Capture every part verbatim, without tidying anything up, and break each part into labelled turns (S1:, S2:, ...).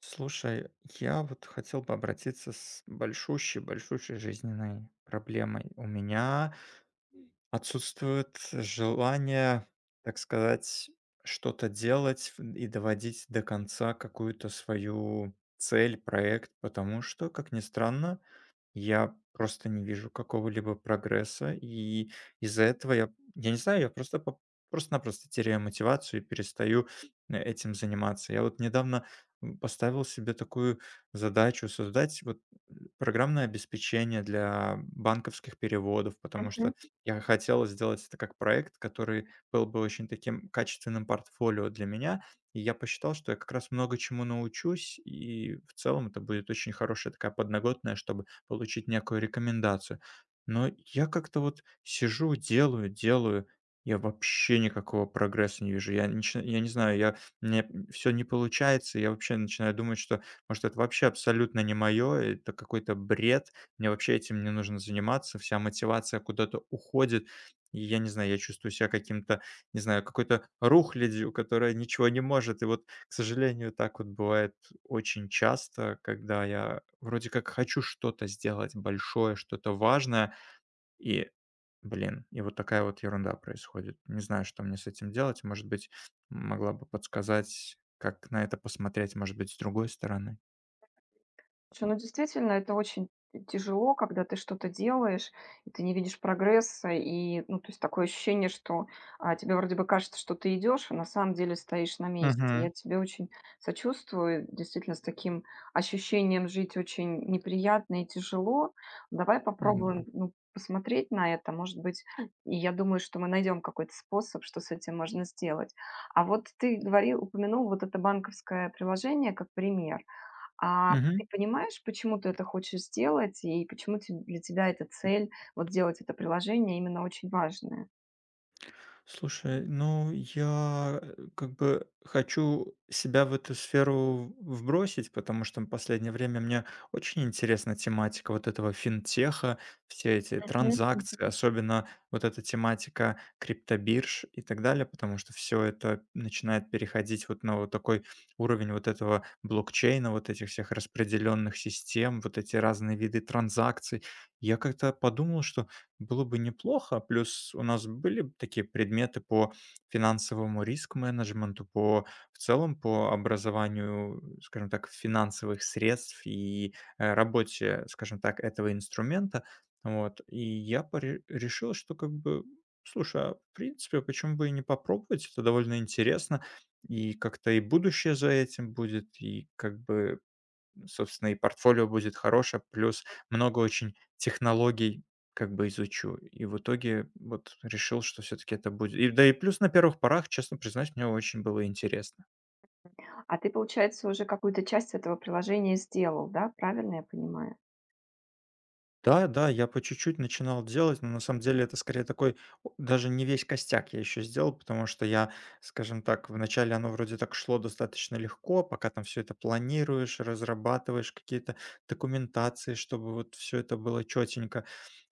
S1: Слушай, я вот хотел бы обратиться с большущей-большущей жизненной проблемой. У меня отсутствует желание, так сказать, что-то делать в- и доводить до конца какую-то свою цель, проект, потому что, как ни странно, я просто не вижу какого-либо прогресса, и из-за этого я, я не знаю, я просто по- просто-напросто теряю мотивацию и перестаю э, этим заниматься. Я вот недавно м, поставил себе такую задачу создать вот э, программное обеспечение для банковских переводов, потому
S2: Мгм.
S1: что я хотел сделать это как проект, который был бы очень таким качественным портфолио для меня, и я посчитал, что я как раз много чему научусь, и в целом это будет очень хорошая такая подноготная, чтобы получить некую рекомендацию. Но я как-то вот сижу, делаю, делаю, я вообще никакого прогресса не вижу. Я, начи- я не знаю, я, мне все не получается, я вообще начинаю думать, что, может, это вообще абсолютно не мое, это какой-то бред, мне вообще этим не нужно заниматься, вся мотивация куда-то уходит, и я не знаю, я чувствую себя каким-то, не знаю, какой-то рухлядью, которая ничего не может, и вот, к сожалению, так вот бывает очень часто, когда я вроде как хочу что-то сделать большое, что-то важное, и, блин, и вот такая вот ерунда происходит. Не знаю, что мне с этим делать. Может быть, могла бы подсказать, как на это посмотреть, может быть, с другой стороны.
S2: Слушай, ну действительно, это очень тяжело, когда ты что-то делаешь, и ты не видишь прогресса, и, ну, то есть такое ощущение, что а, тебе вроде бы кажется, что ты идешь, а на самом деле стоишь на месте.
S1: Угу,
S2: Я тебе очень сочувствую, действительно, с таким ощущением жить очень неприятно и тяжело. Давай
S1: да.
S2: попробуем, ну, посмотреть на это, может быть, и я думаю, что мы найдем какой-то способ, что с этим можно сделать. А вот ты говорил, упомянул вот это банковское приложение как пример. А ты
S1: Мгм.
S2: понимаешь, почему ты это хочешь сделать и почему те для тебя эта цель, вот делать это приложение именно очень важная?
S1: Слушай, ну я э, как бы хочу себя в эту сферу вбросить, потому что в последнее время мне очень интересна тематика вот этого финтеха, все эти
S2: Мгм.
S1: транзакции, особенно вот эта тематика криптобирж и так далее, потому что все это начинает переходить вот на вот такой уровень вот этого блокчейна, вот этих всех распределенных систем, вот эти разные виды транзакций. Я как-то подумал, что было бы неплохо. Плюс у нас были б такие предметы по финансовому риск-менеджменту, по в целом по образованию, скажем так, финансовых средств и, э, работе, скажем так, этого инструмента. Вот. И я поре решил, что как бы, слушай, а в принципе, почему бы и не попробовать? Это довольно интересно, и как-то и будущее за этим будет, и как бы собственно, и портфолио будет хорошее, плюс много очень технологий как бы изучу. И в итоге вот решил, что все-таки это будет. И, да и плюс на первых порах, честно признаюсь, мне очень было интересно.
S2: А ты, получается, уже какую-то часть этого приложения сделал, да? Правильно я понимаю?
S1: Да, да, я по чуть-чуть начинал делать, но на самом деле это скорее такой, о, даже не весь костяк я еще сделал, потому что я, скажем так, вначале оно вроде так шло достаточно легко, пока там все это планируешь, разрабатываешь какие-то документации, чтобы вот все это было четенько.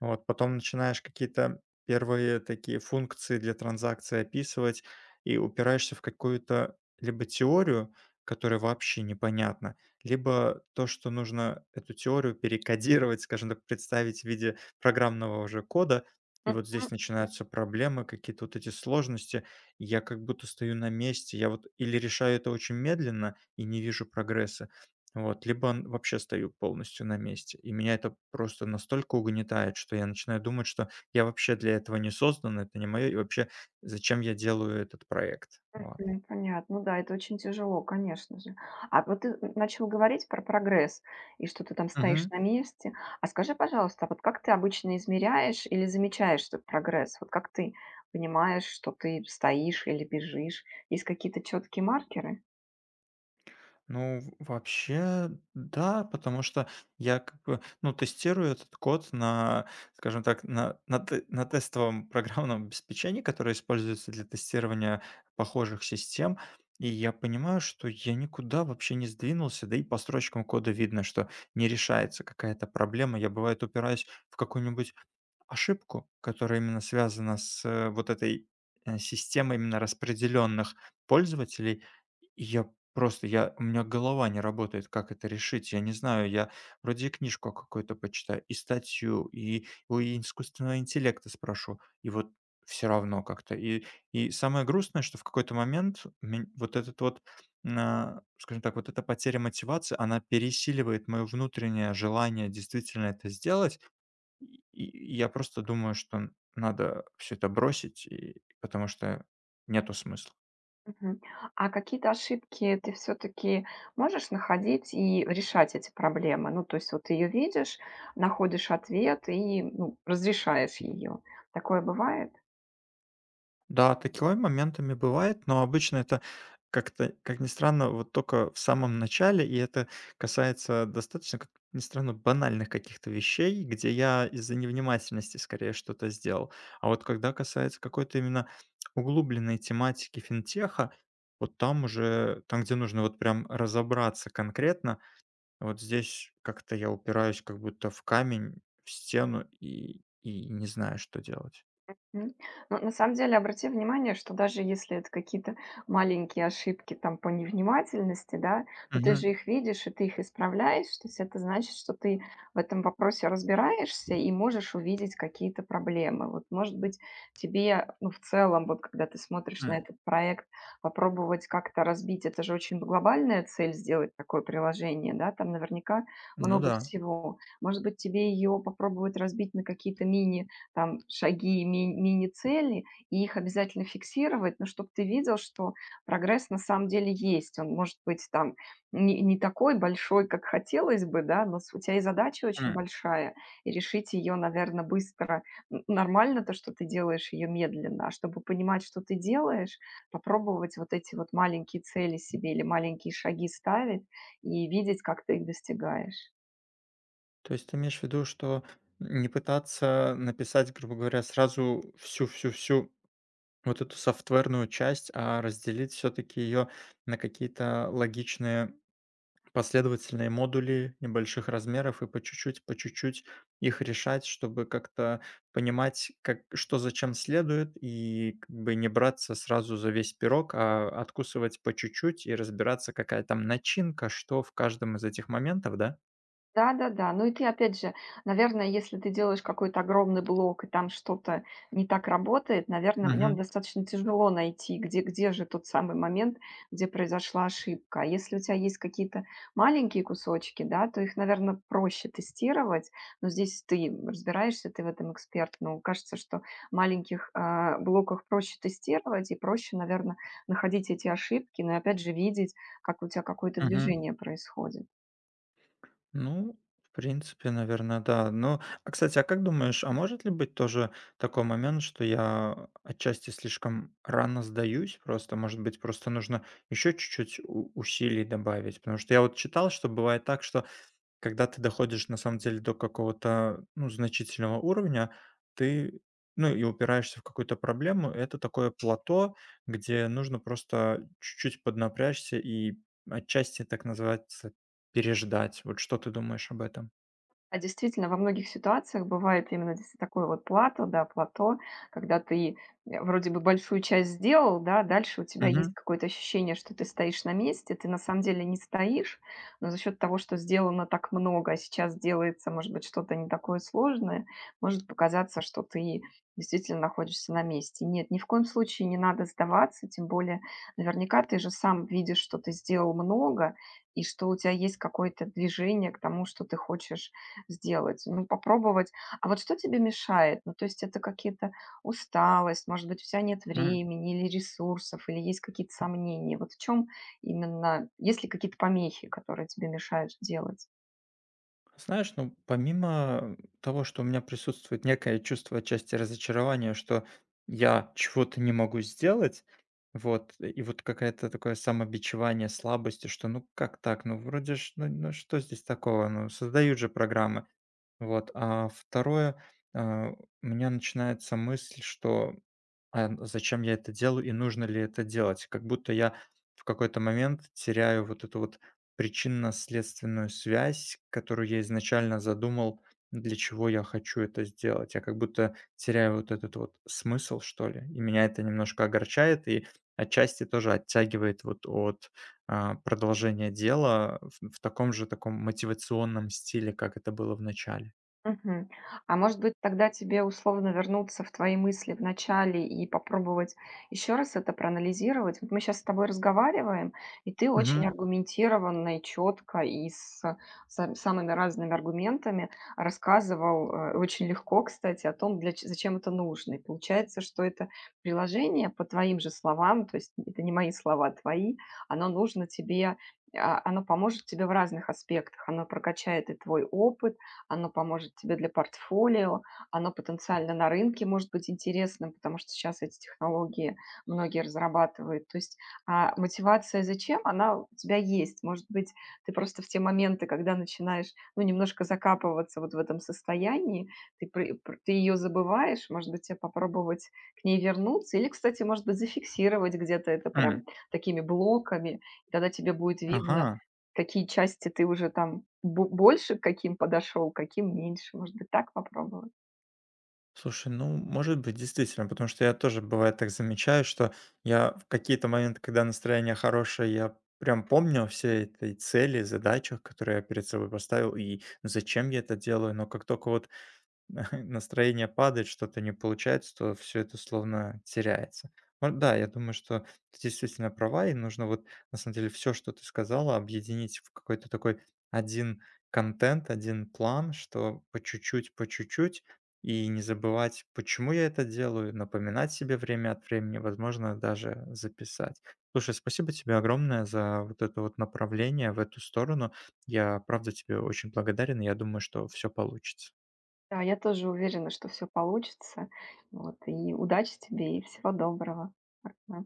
S1: Вот, потом начинаешь какие-то первые такие функции для транзакции описывать и упираешься в какую-то либо теорию, которая вообще непонятна, либо то, что нужно эту теорию перекодировать, скажем так, представить в виде программного уже кода. И
S2: Мгм.
S1: вот здесь начинаются проблемы, какие-то вот эти сложности. и Я как будто стою на месте. Я вот или решаю это очень медленно и не вижу прогресса, вот, либо н- вообще стою полностью на месте. И меня это просто настолько угнетает, что я начинаю думать, что я вообще для этого не создан, это не мое, и вообще зачем я делаю этот проект. Вот.
S2: Ну, понятно. Ну да, это очень тяжело, конечно же. А вот ты начал говорить про прогресс и что ты там стоишь на месте. А скажи, пожалуйста, а вот как ты обычно измеряешь или замечаешь этот прогресс? Вот как ты понимаешь, что ты стоишь или бежишь? Есть какие-то четкие маркеры?
S1: Ну, в вообще, да, потому что я как бы, ну, тестирую этот код на, скажем так, на, на, те- на тестовом программном обеспечении, которое используется для тестирования похожих систем, и я понимаю, что я никуда вообще не сдвинулся, да и по строчкам кода видно, что не решается какая-то проблема. Я, бывает, упираюсь в какую-нибудь ошибку, которая именно связана с, э, вот этой, э, системой именно распределенных пользователей. И я просто, я у меня голова не работает, как это решить. Я не знаю, я вроде и книжку какую-то почитаю, и статью, и у искусственного интеллекта спрошу, и вот все равно как-то. И и самое грустное, что в какой-то момент мень вот этот вот, а, скажем так, вот эта потеря мотивации, она пересиливает мое внутреннее желание действительно это сделать. И и я просто думаю, что надо все это бросить, и потому что нету смысла.
S2: Мгм. А какие-то ошибки ты все-таки можешь находить и решать эти проблемы? Ну, то есть вот ты ее видишь, находишь ответ и, ну, разрешаешь ее. Такое бывает?
S1: Да, такое моментами бывает, но обычно это как-то, как ни странно, вот только в самом начале, и это касается достаточно, как ни странно, банальных каких-то вещей, где я из-за невнимательности скорее что-то сделал. А вот когда касается какой-то именно углубленной тематики финтеха, вот там уже, там, где нужно вот прям разобраться конкретно, вот здесь как-то я упираюсь как будто в камень, в стену и и не знаю, что делать.
S2: М. Ну, на самом деле, обрати внимание, что даже если это какие-то маленькие ошибки там по невнимательности, да, но ты
S1: Мгм.
S2: же их видишь и ты их исправляешь, то есть это значит, что ты в этом вопросе разбираешься и можешь увидеть какие-то проблемы. Вот, может быть, тебе, ну, в целом, вот когда ты смотришь на
S1: М.
S2: этот проект, попробовать как-то разбить, это же очень глобальная цель сделать такое приложение, да, там наверняка
S1: Ну
S2: много
S1: да.
S2: всего. Может быть, тебе ее попробовать разбить на какие-то мини там шаги и ми- мини-цели, и их обязательно фиксировать, но чтобы ты видел, что прогресс на самом деле есть. Он может быть там не, не такой большой, как хотелось бы, да, но с- у тебя и задача очень
S1: М.
S2: большая, и решить ее, наверное, быстро. Н- Нормально то, что ты делаешь ее медленно, а чтобы понимать, что ты делаешь, попробовать вот эти вот маленькие цели себе или маленькие шаги ставить и видеть, как ты их достигаешь.
S1: То есть ты имеешь в виду, что не пытаться написать, грубо говоря, сразу всю-всю-всю вот эту софтверную часть, а разделить все-таки ее на какие-то логичные последовательные модули небольших размеров и по чуть-чуть, по чуть-чуть их решать, чтобы как-то понимать, как, что зачем следует, и как бы не браться сразу за весь пирог, а откусывать по чуть-чуть и разбираться, какая там начинка, что в каждом из этих моментов, да?
S2: Да-да-да. Ну и ты, опять же, наверное, если ты делаешь какой-то огромный блок и там что-то не так работает, наверное, в нем
S1: Мгм,
S2: достаточно тяжело найти, где где же тот самый момент, где произошла ошибка. А если у тебя есть какие-то маленькие кусочки, да, то их, наверное, проще тестировать. Но здесь ты разбираешься, ты в этом эксперт. Но кажется, что в маленьких, а, блоках проще тестировать и проще, наверное, находить эти ошибки, но и опять же видеть, как у тебя какое-то
S1: мгм.
S2: движение происходит.
S1: Ну, в принципе, наверное, да. Но, а кстати, а как думаешь, а может ли быть тоже такой момент, что я отчасти слишком рано сдаюсь? Просто, может быть, просто нужно еще чуть-чуть у- усилий добавить? Потому что я вот читал, что бывает так, что когда ты доходишь на самом деле до какого-то, ну, значительного уровня, ты, ну, и упираешься в какую-то проблему. Это такое плато, где нужно просто чуть-чуть поднапрячься и отчасти, так называется, переждать. Вот что ты думаешь об этом?
S2: А действительно, во многих ситуациях бывает именно дес такое вот плато, да, плато, когда ты, э, вроде бы большую часть сделал, да, дальше у тебя есть
S1: Мгм.
S2: какое-то ощущение, что ты стоишь на месте. Ты на самом деле не стоишь, но за счет того, что сделано так много, а сейчас делается, может быть, что-то не такое сложное, может показаться, что ты действительно находишься на месте. Нет, ни в коем случае не надо сдаваться, тем более наверняка ты же сам видишь, что ты сделал много и что у тебя есть какое-то движение к тому, что ты хочешь сделать, ну, попробовать. А вот что тебе мешает? Ну, то есть это какие-то усталость, может быть, у тебя нет
S1: Мгм.
S2: времени или ресурсов, или есть какие-то сомнения. Вот в чем именно, есть ли какие-то помехи, которые тебе мешают делать?
S1: Знаешь, ну, помимо того, что у меня присутствует некое чувство отчасти разочарования, что я чего-то не могу сделать, вот, и вот какое-то такое самобичевание слабости, что ну как так, ну вроде ж, ну, ну что здесь такого, ну создают же программы, вот. А второе, а, у меня начинается мысль, что а н зачем я это делаю и нужно ли это делать? Как будто я в какой-то момент теряю вот эту вот причинно-следственную связь, которую я изначально задумал, для чего я хочу это сделать. Я как будто теряю вот этот вот смысл, что ли, и меня это немножко огорчает и отчасти тоже оттягивает вот от, а, продолжения дела в в таком же таком мотивационном стиле, как это было в начале.
S2: Мгм. А может быть, тогда тебе условно вернуться в твои мысли в начале и попробовать еще раз это проанализировать? Вот мы сейчас с тобой разговариваем, и ты очень
S1: Мгм.
S2: аргументированно и четко, и с сам- самыми разными аргументами рассказывал, э, очень легко, кстати, о том, для, ч- зачем это нужно. И получается, что это приложение по твоим же словам, то есть это не мои слова, а твои, оно нужно тебе. А, оно поможет тебе в разных аспектах. Оно прокачает и твой опыт, оно поможет тебе для портфолио, оно потенциально на рынке может быть интересным, потому что сейчас эти технологии многие разрабатывают. То есть а, мотивация зачем, она у тебя есть. Может быть, ты просто в те моменты, когда начинаешь, ну, немножко закапываться вот в этом состоянии, ты, при- пр- ты ее забываешь, может быть, тебе попробовать к ней вернуться, или, кстати, может быть, зафиксировать где-то это
S1: М.
S2: прям такими блоками, и тогда тебе будет
S1: Ага.
S2: видно, какие части ты уже там бо больше к каким подошел, каким меньше? Может быть, так попробовать?
S1: Слушай, ну, может быть, действительно, потому что я тоже бывает так замечаю, что я в какие-то моменты, когда настроение хорошее, я прям помню все этой цели, задачах, которые я перед собой поставил, и зачем я это делаю, но как только вот настроение падает, что-то не получается, то все это словно теряется. Вот да, я думаю, что ты действительно права, и нужно вот на самом деле все, что ты сказала, объединить в какой-то такой один контент, один план, что по чуть-чуть, по чуть-чуть, и не забывать, почему я это делаю, напоминать себе время от времени, возможно, даже записать. Слушай, спасибо тебе огромное за вот это вот направление в эту сторону. Я правда тебе очень благодарен, и я думаю, что все получится.
S2: Да, я тоже уверена, что все получится. Вот, и удачи тебе, и всего доброго. Пока.